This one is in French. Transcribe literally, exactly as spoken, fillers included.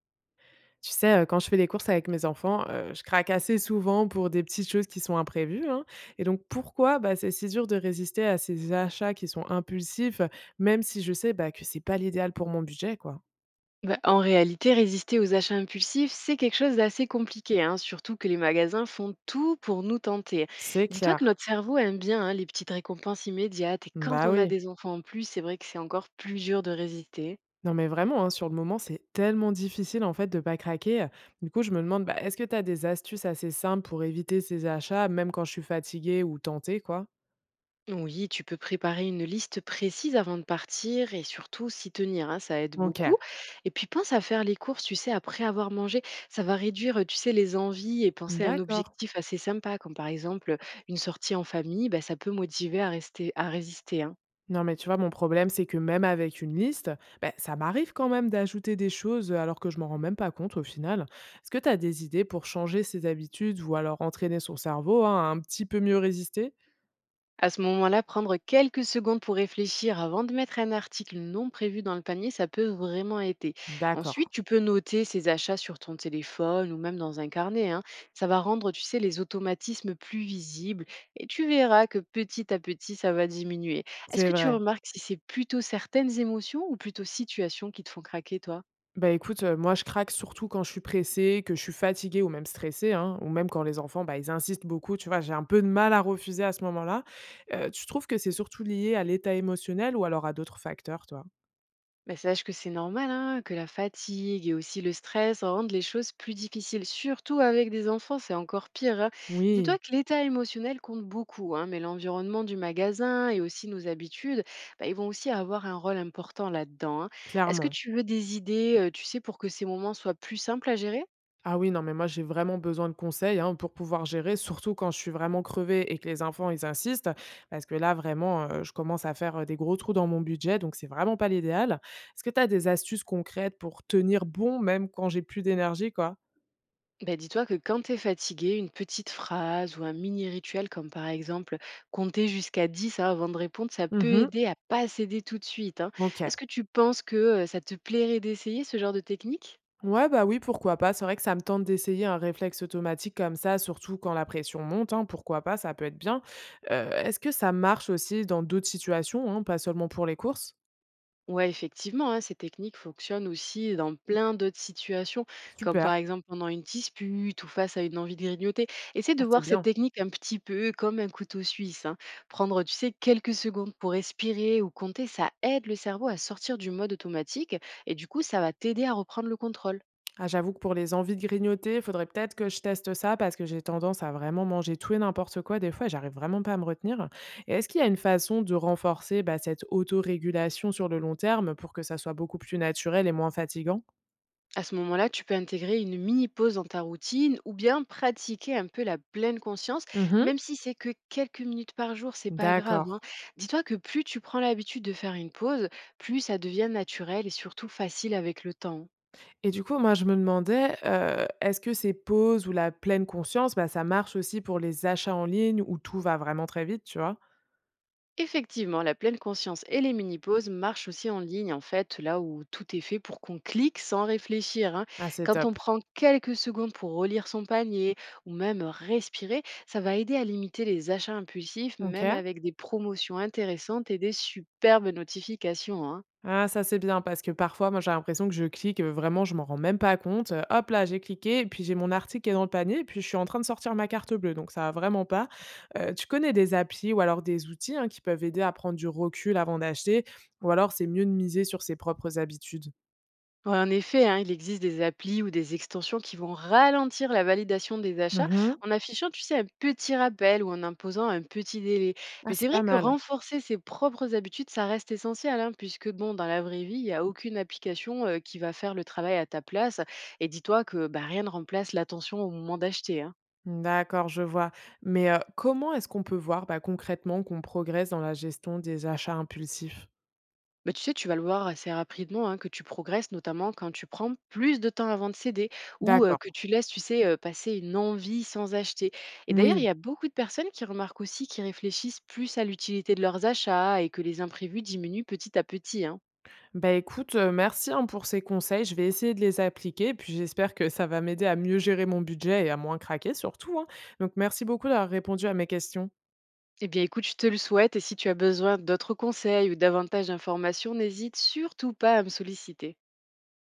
Tu sais, heu, quand je fais les courses avec mes enfants, heu, je craque assez souvent pour des petites choses qui sont imprévues, hein. Et donc pourquoi, bah, c'est si dur de résister à ces achats qui sont impulsifs, même si je sais, bah, que c'est pas l'idéal pour mon budget, quoi? Bah, en réalité, résister aux achats impulsifs, c'est quelque chose d'assez compliqué, hein, surtout que les magasins font tout pour nous tenter. C'est Dis-toi que clair. notre cerveau aime bien hein, les petites récompenses immédiates, et quand Bah, on a oui. des enfants en plus, c'est vrai que c'est encore plus dur de résister. Non, mais vraiment, hein, sur le moment, c'est tellement difficile, en fait, de pas craquer. Du coup, je me demande, bah, est-ce que tu as des astuces assez simples pour éviter ces achats, même quand je suis fatiguée ou tentée, quoi? Oui, tu peux préparer une liste précise avant de partir et surtout s'y tenir, hein, ça aide OK. beaucoup. Et puis pense à faire les courses, tu sais, après avoir mangé. Ça va réduire, euh, tu sais, les envies et penser à un D'accord. objectif assez sympa, comme par exemple une sortie en famille, bah, ça peut motiver à rester, à résister, hein. Non, mais tu vois, mon problème, c'est que même avec une liste, ben, ça m'arrive quand même d'ajouter des choses euh, alors que je m'en rends même pas compte au final. Est-ce que tu as des idées pour changer ses habitudes ou alors entraîner son cerveau, hein, à un petit peu mieux résister? À ce moment-là, prendre quelques secondes pour réfléchir avant de mettre un article non prévu dans le panier, ça peut vraiment aider. D'accord, Ensuite, tu peux noter ces achats sur ton téléphone ou même dans un carnet, hein. Ça va rendre, tu sais, les automatismes plus visibles et tu verras que petit à petit, ça va diminuer. Est-ce c'est que tu vrai. remarques si c'est plutôt certaines émotions ou plutôt situations qui te font craquer, toi? Bah écoute, euh, moi je craque surtout quand je suis pressée, que je suis fatiguée ou même stressée, hein, ou même quand les enfants, bah, ils insistent beaucoup, tu vois, j'ai un peu de mal à refuser à ce moment-là. Euh, tu trouves que c'est surtout lié à l'état émotionnel ou alors à d'autres facteurs, toi? Bah, sache que c'est normal, hein, que la fatigue et aussi le stress rendent les choses plus difficiles, surtout avec des enfants, c'est encore pire, hein. Dis-toi Oui, que l'état émotionnel compte beaucoup, hein, mais l'environnement du magasin et aussi nos habitudes, bah, ils vont aussi avoir un rôle important là-dedans, hein. Est-ce que clairement. tu veux des idées, euh, tu sais, pour que ces moments soient plus simples à gérer? Ah oui, non, mais moi, j'ai vraiment besoin de conseils, hein, pour pouvoir gérer, surtout quand je suis vraiment crevée et que les enfants, ils insistent, parce que là, vraiment, euh, je commence à faire euh, des gros trous dans mon budget, donc c'est vraiment pas l'idéal. Est-ce que tu as des astuces concrètes pour tenir bon, même quand j'ai plus d'énergie, quoi? Bah, dis-toi que quand tu es fatigué, une petite phrase ou un mini rituel comme par exemple compter jusqu'à dix hein, avant de répondre, ça peut Mhm. aider à pas céder tout de suite, hein. Ok. Est-ce que tu penses que euh, ça te plairait d'essayer ce genre de technique? Ouais, bah oui, pourquoi pas. C'est vrai que ça me tente d'essayer un réflexe automatique comme ça, surtout quand la pression monte, hein, pourquoi pas, ça peut être bien. Euh, Est-ce que ça marche aussi dans d'autres situations, hein, pas seulement pour les courses? Ouais, effectivement, hein, ces techniques fonctionnent aussi dans plein d'autres situations, comme par Super. exemple pendant une dispute ou face à une envie de grignoter. Essaie de Ah, c'est voir cette bien. technique un petit peu comme un couteau suisse, hein. Prendre, tu sais, quelques secondes pour respirer ou compter, ça aide le cerveau à sortir du mode automatique et du coup, ça va t'aider à reprendre le contrôle. Ah, j'avoue que pour les envies de grignoter, il faudrait peut-être que je teste ça parce que j'ai tendance à vraiment manger tout et n'importe quoi, des fois j'arrive vraiment pas à me retenir. Et est-ce qu'il y a une façon de renforcer, bah, cette autorégulation sur le long terme pour que ça soit beaucoup plus naturel et moins fatigant? À ce moment-là, tu peux intégrer une mini pause dans ta routine ou bien pratiquer un peu la pleine conscience, Mhm. même si c'est que quelques minutes par jour, c'est pas grave, D'accord. hein. Dis-toi que plus tu prends l'habitude de faire une pause, plus ça devient naturel et surtout facile avec le temps, hein. Et du coup, moi, je me demandais, euh, est-ce que ces pauses ou la pleine conscience, bah, ça marche aussi pour les achats en ligne où tout va vraiment très vite, tu vois? Effectivement, la pleine conscience et les mini-pauses marchent aussi en ligne, en fait, là où tout est fait pour qu'on clique sans réfléchir, hein. Ah, c'est Quand top. on prend quelques secondes pour relire son panier ou même respirer, ça va aider à limiter les achats impulsifs, même Ok. avec des promotions intéressantes et des superbes notifications, hein. Ah ça, c'est bien parce que parfois, moi, j'ai l'impression que je clique, heu, vraiment, je m'en rends même pas compte, heu, hop là, j'ai cliqué et puis j'ai mon article qui est dans le panier et puis je suis en train de sortir ma carte bleue, donc ça va vraiment pas. Heu, tu connais des applis ou alors des outils, hein, qui peuvent aider à prendre du recul avant d'acheter ou alors c'est mieux de miser sur ses propres habitudes? Ouais, en effet, hein, il existe des applis ou des extensions qui vont ralentir la validation des achats Mmh. en affichant, tu sais, un petit rappel ou en imposant un petit délai. Ah, Mais c'est c'est vrai pas que mal. renforcer ses propres habitudes, ça reste essentiel, hein, puisque bon, dans la vraie vie, il n'y a aucune application euh, qui va faire le travail à ta place. Et dis-toi que bah, rien ne remplace l'attention au moment d'acheter, hein. D'accord, je vois, mais heu, comment est-ce qu'on peut voir, bah, concrètement qu'on progresse dans la gestion des achats impulsifs? Bah, tu sais, tu vas le voir assez rapidement hein, que tu progresses, notamment quand tu prends plus de temps avant de céder ou euh, que D'accord. tu laisses, tu sais, euh, passer une envie sans acheter. Et d'ailleurs, il y Oui. a beaucoup de personnes qui remarquent aussi qu'ils réfléchissent plus à l'utilité de leurs achats et que les imprévus diminuent petit à petit, hein. Bah écoute, heu, merci, hein, pour ces conseils. Je vais essayer de les appliquer puis j'espère que ça va m'aider à mieux gérer mon budget et à moins craquer surtout, hein. Donc merci beaucoup d'avoir répondu à mes questions. Eh bien, écoute, je te le souhaite et si tu as besoin d'autres conseils ou davantage d'informations, n'hésite surtout pas à me solliciter.